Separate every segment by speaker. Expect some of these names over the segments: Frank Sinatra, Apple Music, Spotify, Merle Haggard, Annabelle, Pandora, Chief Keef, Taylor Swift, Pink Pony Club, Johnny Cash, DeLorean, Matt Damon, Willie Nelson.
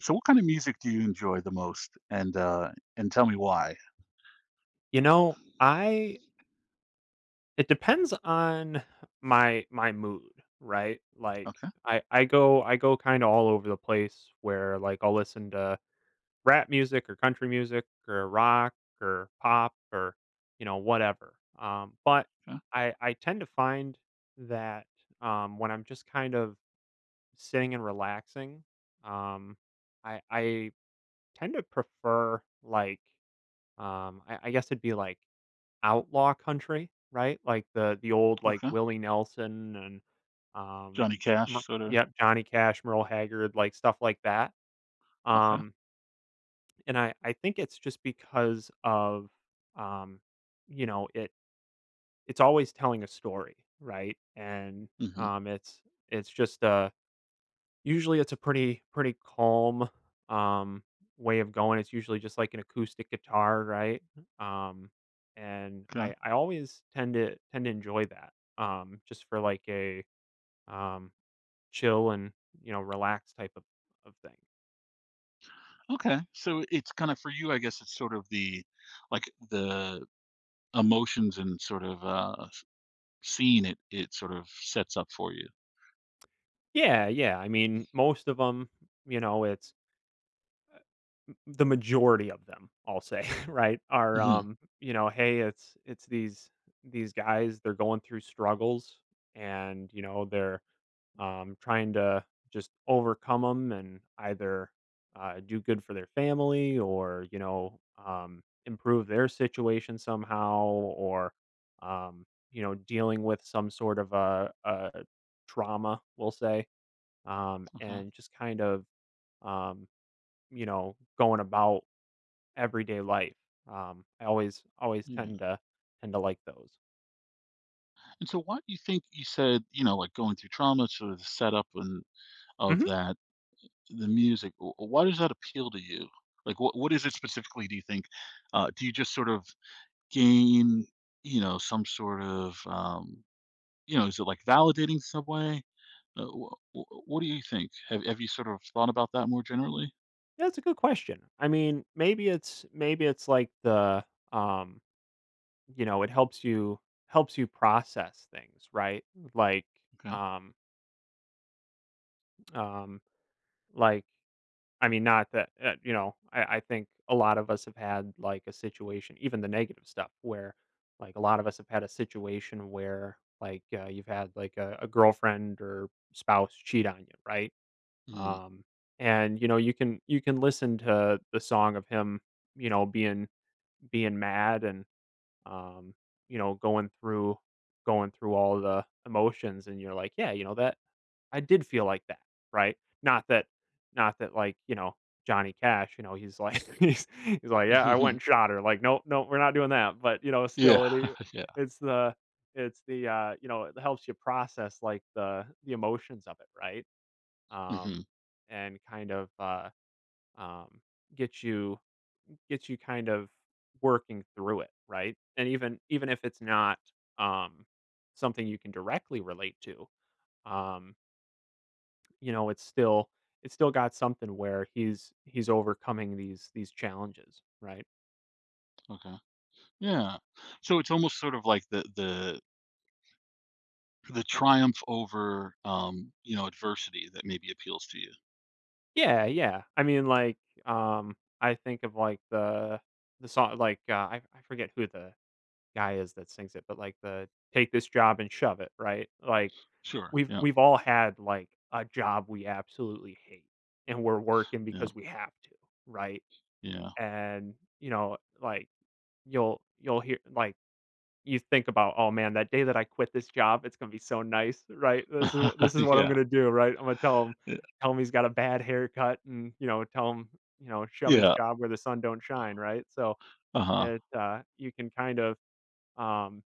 Speaker 1: So what kind of music do you enjoy the most? And tell me why.
Speaker 2: I it depends on my mood, right? Like
Speaker 1: Okay,
Speaker 2: I go kind of all over the place where like I'll listen to rap music or country music or rock or pop or you know whatever. But
Speaker 1: okay,
Speaker 2: I tend to find that when I'm just kind of sitting and relaxing, um I tend to prefer like I guess it'd be like outlaw country, right? Like the old,
Speaker 1: okay.
Speaker 2: Willie Nelson and, um,
Speaker 1: Johnny
Speaker 2: Mer
Speaker 1: Cash sorta,
Speaker 2: yep, Johnny Cash, Merle Haggard, like, stuff like that,
Speaker 1: okay,
Speaker 2: um, and I think it's just because of, um, you know, it it's always telling a story, right? And,
Speaker 1: mhm,
Speaker 2: um, it's it's just a usually it's a pretty calm, um, way of going, it's usually just like an acoustic guitar, right? Um, and
Speaker 1: 'kay,
Speaker 2: I always tend to enjoy that, just for like a, um, chill and, you know, relaxed type of thing.
Speaker 1: okay. So it's kinda for you, I guess it's sort of the like, the emotions and sort of, scene it sort of sets up for you.
Speaker 2: Yeah, yeah, I mean, most of them, you know, it's m the majority of them, I'll say, right, are,
Speaker 1: Mhm,
Speaker 2: you know, hey, it's these guys, they're going through struggles and, you know, they're trying to just overcome them and either do good for their family or you know improve their situation somehow or um, you know dealing with some sort of a trauma we'll say,
Speaker 1: okay,
Speaker 2: and just kind of um, you know going about everyday life. I always
Speaker 1: yeah.
Speaker 2: tend to like those.
Speaker 1: And so why do you think you said, like, going through trauma, sort of the setup and of
Speaker 2: hmm
Speaker 1: that, the music, w why does that appeal to you? Like, what is it specifically do you think? Do you just sort of gain, you know, some sort of, you know, is it like validating some way? What do you think? Have you sort of thought about that more generally?
Speaker 2: that's a good question. I mean, maybe it's like the um, you know, it helps you process things, right? Like,
Speaker 1: Okay.
Speaker 2: um, um, like I mean, not that you know, I think a lot of us have had like a situation, even the negative stuff, where like a lot of us have had a situation where like you've had like a girlfriend or spouse cheat on you, right?
Speaker 1: Mm.
Speaker 2: Um, and you know, you can listen to the song of him, you know, being mad and um, you know, going through all the emotions and you're like, yeah, you know that I did feel like that, right? Not that like, you know, Johnny Cash, you know, he's like he's like, yeah, I went and shot her. Like, no, no, we're not doing that. But, you know,
Speaker 1: Yeah.
Speaker 2: still
Speaker 1: Yeah.
Speaker 2: it's the you know, it helps you process like the emotions of it, right? Um
Speaker 1: hmm
Speaker 2: and kind of um get you gets you kind of working through it, right? And even if it's not um, something you can directly relate to, um, you know, it's still got something where he's overcoming these challenges, right?
Speaker 1: Okay. Yeah. So it's almost sort of like the triumph over you know, adversity that maybe appeals to you.
Speaker 2: Yeah, yeah. I mean, like, um, I think of like the song, like I forget who the guy is that sings it, but like the "Take this job and shove it," right? Like,
Speaker 1: Sure.
Speaker 2: we've
Speaker 1: Yeah.
Speaker 2: we've all had like a job we absolutely hate and we're working
Speaker 1: Yeah.
Speaker 2: because we have to, right?
Speaker 1: Yeah.
Speaker 2: And, you know, like you'll hear like you think about, "Oh man, that day that I quit this job, it's gonna be so nice," right? This is what I'm
Speaker 1: Yeah.
Speaker 2: gonna do, right? I'm gonna tell him
Speaker 1: Yeah.
Speaker 2: he's got a bad haircut and, you know, tell him, you know, shove his
Speaker 1: Yeah.
Speaker 2: job where the sun don't shine, right? So,
Speaker 1: Uh-huh.
Speaker 2: you can kind of, um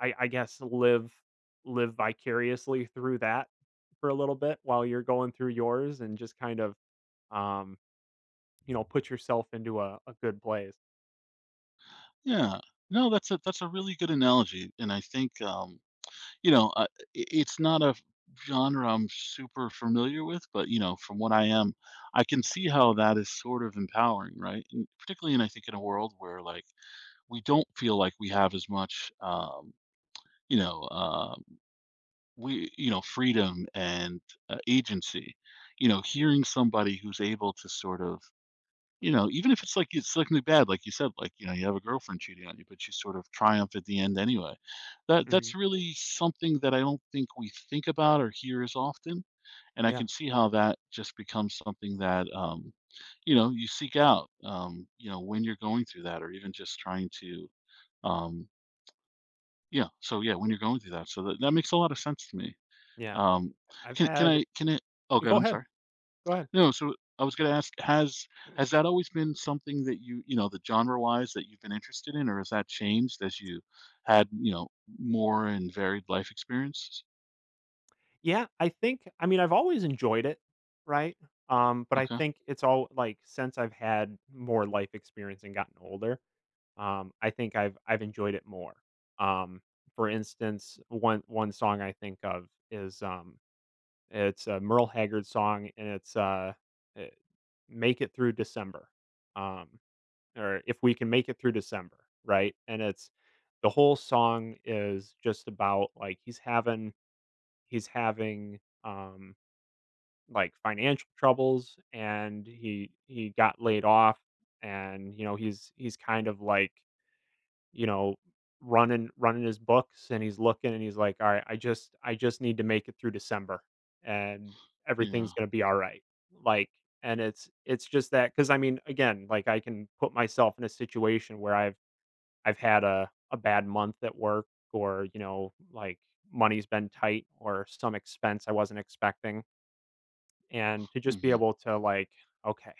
Speaker 2: I guess live vicariously through that for a little bit while you're going through yours and just kind of, um, you know, put yourself into a good place.
Speaker 1: Yeah. No, that's a really good analogy. And I think you know, I it's not a genre I'm super familiar with, but, you know, from what I am, I can see how that is sort of empowering, right? And particularly in I think in a world where, like, we don't feel like we have as much, you know, um, we you know, freedom and, agency. You know, hearing somebody who's able to sort of you know, even if it's like it's something bad, like you said, like, you know, you have a girlfriend cheating on you, but you sort of triumph at the end anyway. That
Speaker 2: Mhm.
Speaker 1: that's really something that I don't think we think about or hear as often. And I
Speaker 2: Yeah,
Speaker 1: can see how that just becomes something that you know, you seek out, you know, when you're going through that or even just trying to um yeah, so yeah, when you're going through that. So that makes a lot of sense to me.
Speaker 2: yeah.
Speaker 1: Um
Speaker 2: I've
Speaker 1: can
Speaker 2: had
Speaker 1: I can it oh god,
Speaker 2: Go
Speaker 1: I'm
Speaker 2: ahead,
Speaker 1: sorry.
Speaker 2: go ahead.
Speaker 1: No, so I was gonna ask, has that always been something that you know, the genre-wise that you've been interested in, or has that changed as you had, you know, more and varied life experiences?
Speaker 2: Yeah, I think I mean, I've always enjoyed it, right? But I
Speaker 1: Okay.
Speaker 2: think it's all like, since I've had more life experience and gotten older, I think I've enjoyed it more. Um, for instance, one song I think of is, it's a Merle Haggard song, and it's, eh, "Make It Through December," um, or "If We Can Make It Through December," right? And it's the whole song is just about, like, he's having, like, financial troubles, and he got laid off, and, you know, he's kind of like you know, running his books and he's looking and he's like, "All right, I just need to make it through December and
Speaker 1: Yeah.
Speaker 2: everything's going to be all right." Like and it's just that cuz I mean, again, like I can put myself in a situation where I've had a bad month at work or, you know, like money's been tight or some expense I wasn't expecting and to just be
Speaker 1: Mhm.
Speaker 2: able to like, okay,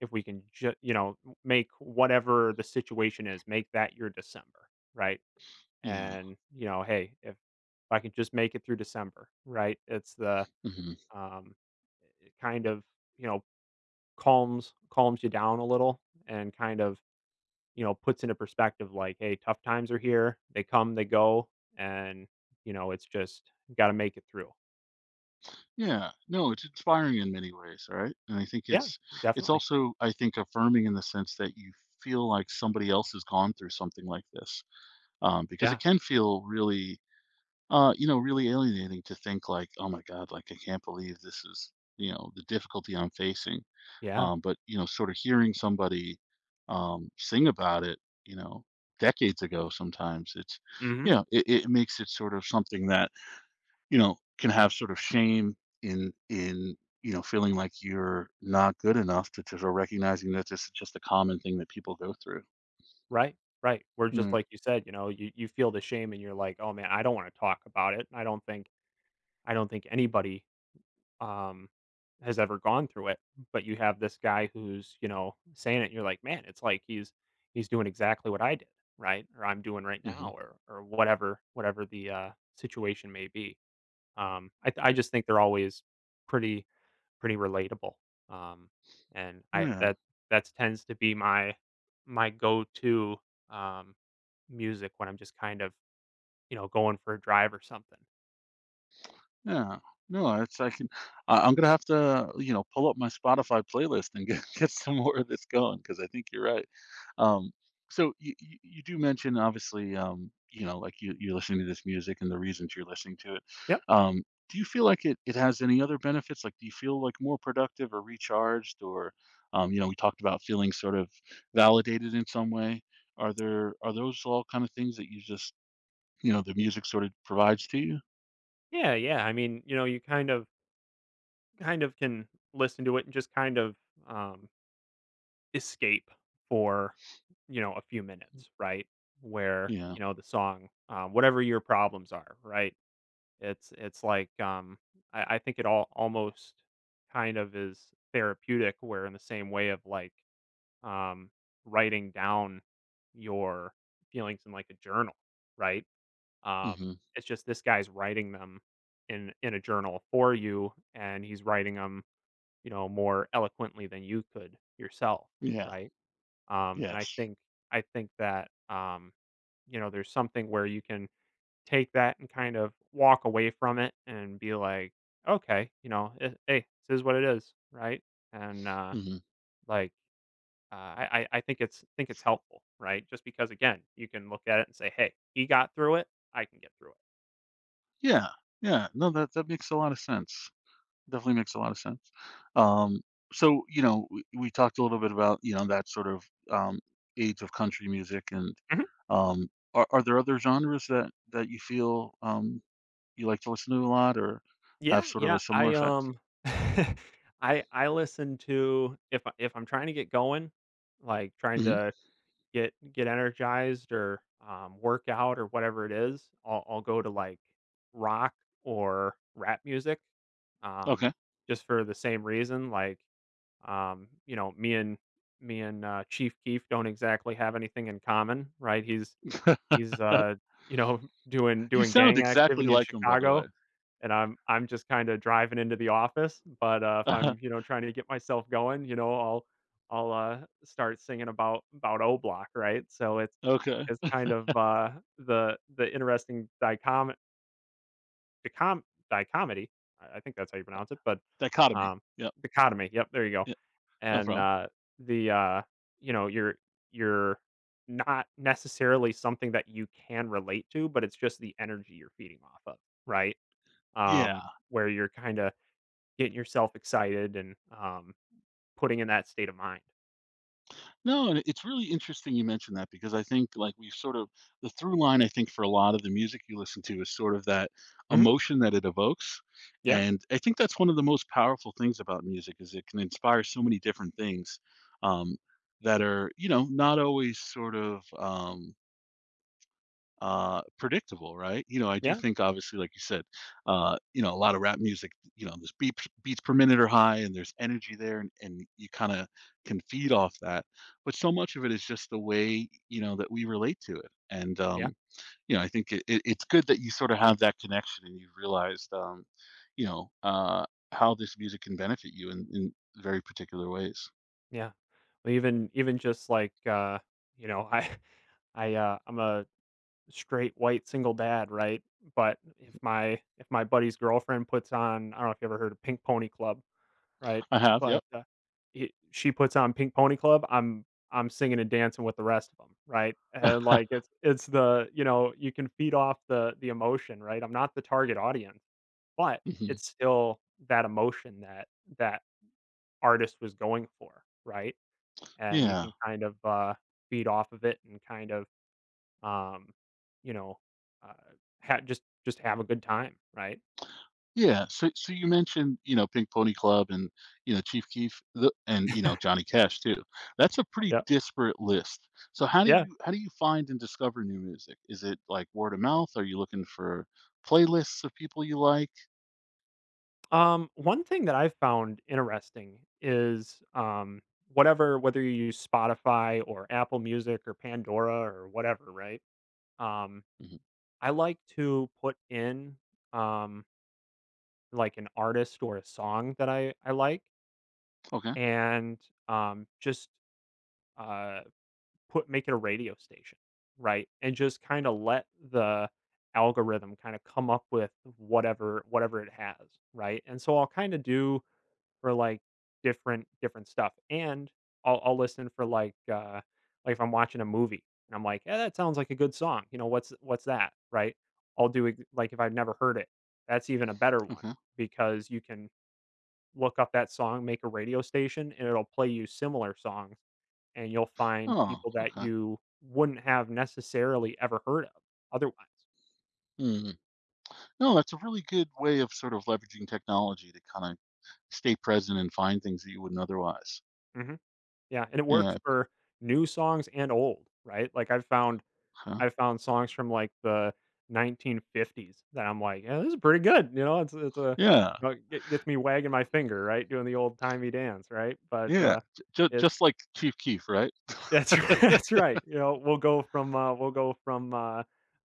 Speaker 2: if we can just, you know, make whatever the situation is, make that your December, right?
Speaker 1: Yeah.
Speaker 2: And you know, hey, if I can just make it through December, right? It's the
Speaker 1: Mhm.
Speaker 2: um, it kind of you know calms you down a little and kind of you know puts into perspective like, hey, tough times are here. They come, they go, and you know it's just got to make it through.
Speaker 1: Yeah. No, it's inspiring in many ways, right? And I think
Speaker 2: Yeah,
Speaker 1: it's
Speaker 2: definitely.
Speaker 1: also, I think, affirming in the sense that you feel like somebody else has gone through something like this, because it
Speaker 2: Yeah,
Speaker 1: can feel really you know, really alienating to think like, "Oh my god, like, I can't believe this is, you know, the difficulty I'm facing."
Speaker 2: yeah.
Speaker 1: But, you know, sort of hearing somebody, sing about it, you know, decades ago sometimes, it's
Speaker 2: hmm
Speaker 1: you know, it makes it sort of something that, you know, can have sort of shame in in, you know, feeling like you're not good enough to sort of recognizing that this is just a common thing that people go through.
Speaker 2: Right, right. Where just
Speaker 1: Mm,
Speaker 2: like you said, you know, you feel the shame and you're like, oh man, I don't want to talk about it. I don't think anybody, um, has ever gone through it. But you have this guy who's, you know, saying it, you're like, man, it's like he's doing exactly what I did, right? Or I'm doing right now,
Speaker 1: mhm.
Speaker 2: or whatever whatever the situation may be. I just think they're always pretty pretty relatable, um, and I
Speaker 1: Yeah.
Speaker 2: that that tends to be my my go to um, music when I'm just kind of you know going for a drive or something.
Speaker 1: Yeah. No, it's I'm gonna have to, you know, pull up my Spotify playlist and get get some more of this going because I think you're right. Um, so you do mention obviously, you know, like you're listening to this music and the reasons you're listening to it.
Speaker 2: Yep.
Speaker 1: Um, do you feel like it has any other benefits? Like, do you feel like more productive or recharged or, you know, we talked about feeling sort of validated in some way. Are there are those all kind of things that you just, you know, the music sort of provides to you?
Speaker 2: Yeah, yeah. I mean, you know, you kind of can listen to it and just kind of um, escape for you know a few minutes right where
Speaker 1: Yeah.
Speaker 2: you know the song whatever your problems are right it's like I think it all almost kind of is therapeutic where in the same way of like um writing down your feelings in like a journal right um
Speaker 1: Mhm.
Speaker 2: it's just this guy's writing them in a journal for you and he's writing them you know, more eloquently than you could yourself,
Speaker 1: Yeah.
Speaker 2: right? And
Speaker 1: Yes.
Speaker 2: I think that you know, there's something where you can take that and kind of walk away from it and be like, okay, you know, hey, this is what it is, right? And
Speaker 1: Mhm.
Speaker 2: like, I think it's helpful, right? Just because again, you can look at it and say, hey, he got through it, I can get through it.
Speaker 1: Yeah, yeah. No, that makes a lot of sense. Definitely makes a lot of sense. Um, so, you know, we talked a little bit about, you know, that sort of age of country music and are there other genres that you feel you like to listen to a lot or
Speaker 2: Yeah,
Speaker 1: have sort of
Speaker 2: yeah,
Speaker 1: a similar effect?
Speaker 2: I listen to if I if I'm trying to get going, like, trying
Speaker 1: hmm
Speaker 2: to get energized or, work out or whatever it is, I'll go to, like, rock or rap music, um,
Speaker 1: Okay.
Speaker 2: just for the same reason, like you know, me and Chief Keef don't exactly have anything in common, right? He's you know
Speaker 1: You
Speaker 2: doing
Speaker 1: sound
Speaker 2: gang
Speaker 1: exactly
Speaker 2: activity in
Speaker 1: like him, by the way.
Speaker 2: Chicago, and I'm just kind of driving into the office. But if I'm you know trying to get myself going, you know, I'll start singing about O Block, right? So
Speaker 1: Okay.
Speaker 2: it's kind of the interesting dicom dicom dichomedy. I think that's how you pronounce it, but
Speaker 1: Dichotomy.
Speaker 2: um,
Speaker 1: Yep.
Speaker 2: dichotomy. Yep, there you go.
Speaker 1: Yeah. No
Speaker 2: And
Speaker 1: problem.
Speaker 2: the you know you're not necessarily something that you can relate to, but it's just the energy you're feeding off of, right? Um,
Speaker 1: Yeah.
Speaker 2: where you're kind of getting yourself excited and putting in that state of mind.
Speaker 1: No, and it's really interesting you mentioned that because I think like we've sort of the through line I think for a lot of the music you listen to is sort of that
Speaker 2: Mhm.
Speaker 1: emotion that it evokes.
Speaker 2: Yeah,
Speaker 1: And I think that's one of the most powerful things about music is it can inspire so many different things um, that are, you know, not always sort of predictable, right? You know, I do
Speaker 2: yeah,
Speaker 1: think obviously like you said, you know, a lot of rap music, you know, there's beats per minute are high and there's energy there, and you kind of can feed off that, but so much of it is just the way, you know, that we relate to it. And
Speaker 2: yeah,
Speaker 1: you know, I think it's good that you sort of have that connection and you've realized you know how this music can benefit you in very particular ways.
Speaker 2: yeah. Well, even even just like you know, I I'm a straight white single dad, right? But if my buddy's girlfriend puts on, I don't know if you ever heard of Pink Pony Club. Right,
Speaker 1: I have,
Speaker 2: but,
Speaker 1: yep.
Speaker 2: he she puts on Pink Pony Club, I'm singing and dancing with the rest of them, right? And, like, it's the you know, you can feed off the emotion, right? I'm not the target audience, but
Speaker 1: Mhm.
Speaker 2: it's still that emotion that that artist was going for, right? And you
Speaker 1: Yeah.
Speaker 2: can kind of, feed off of it and kind of, um, you know, uh, ha just have a good time, right?
Speaker 1: Yeah, so you mentioned, you know, Pink Pony Club and, you know, Chief Keef, the and, you know, Johnny Cash too. That's a pretty
Speaker 2: Yep.
Speaker 1: disparate list. So
Speaker 2: Yeah.
Speaker 1: how do you find and discover new music? Is it like word of mouth? Are you looking for playlists of people you like?
Speaker 2: One thing that I've found interesting is whatever, whether you use Spotify or Apple Music or Pandora or whatever, right? Um,
Speaker 1: Mhm.
Speaker 2: I like to put in um, like an artist or a song that I like
Speaker 1: Okay,
Speaker 2: and just uh, put make it a radio station, right? And just kind of let the algorithm kind of come up with whatever it has, right? And so I'll kind of do for, like, different stuff, and I'll listen for, like, if I'm watching a movie and I'm like, "Yeah, that sounds like a good song, you know, what's that?" Right? I'll do ex like, if I've never heard it, that's even a better one
Speaker 1: okay.
Speaker 2: because you can look up that song, make a radio station, and it'll play you similar songs, and you'll find
Speaker 1: Oh,
Speaker 2: people that
Speaker 1: okay.
Speaker 2: you wouldn't have necessarily ever heard of otherwise.
Speaker 1: Mm. No, that's a really good way of sort of leveraging technology to kind of stay present and find things that you wouldn't otherwise.
Speaker 2: Mhm. Yeah, and it works
Speaker 1: Yeah,
Speaker 2: for new songs and old, right? Like,
Speaker 1: huh?
Speaker 2: I found songs from like the 1950s that I'm like, "Yeah, this is pretty good." You know, it's a
Speaker 1: Yeah,
Speaker 2: you know, it get gets me wagging my finger, right, doing the old-timey dance, right? But,
Speaker 1: yeah. J ju
Speaker 2: it's
Speaker 1: just like Chief Keef, right?
Speaker 2: that's right, that's right, you know, we'll go from,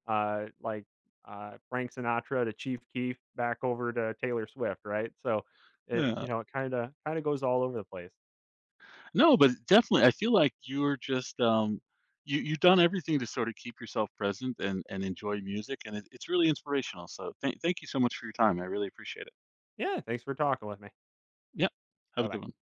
Speaker 2: uh, like, Frank Sinatra to Chief Keef back over to Taylor Swift, right? So, it
Speaker 1: Yeah.
Speaker 2: you know, it kinda goes all over the place.
Speaker 1: No, but definitely, I feel like you're just you you've done everything to sort of keep yourself present and enjoy music, and it's really inspirational. So thank you so much for your time. I really appreciate it.
Speaker 2: Yeah, thanks for talking with me.
Speaker 1: Yep, have a good one.
Speaker 2: Bye-bye.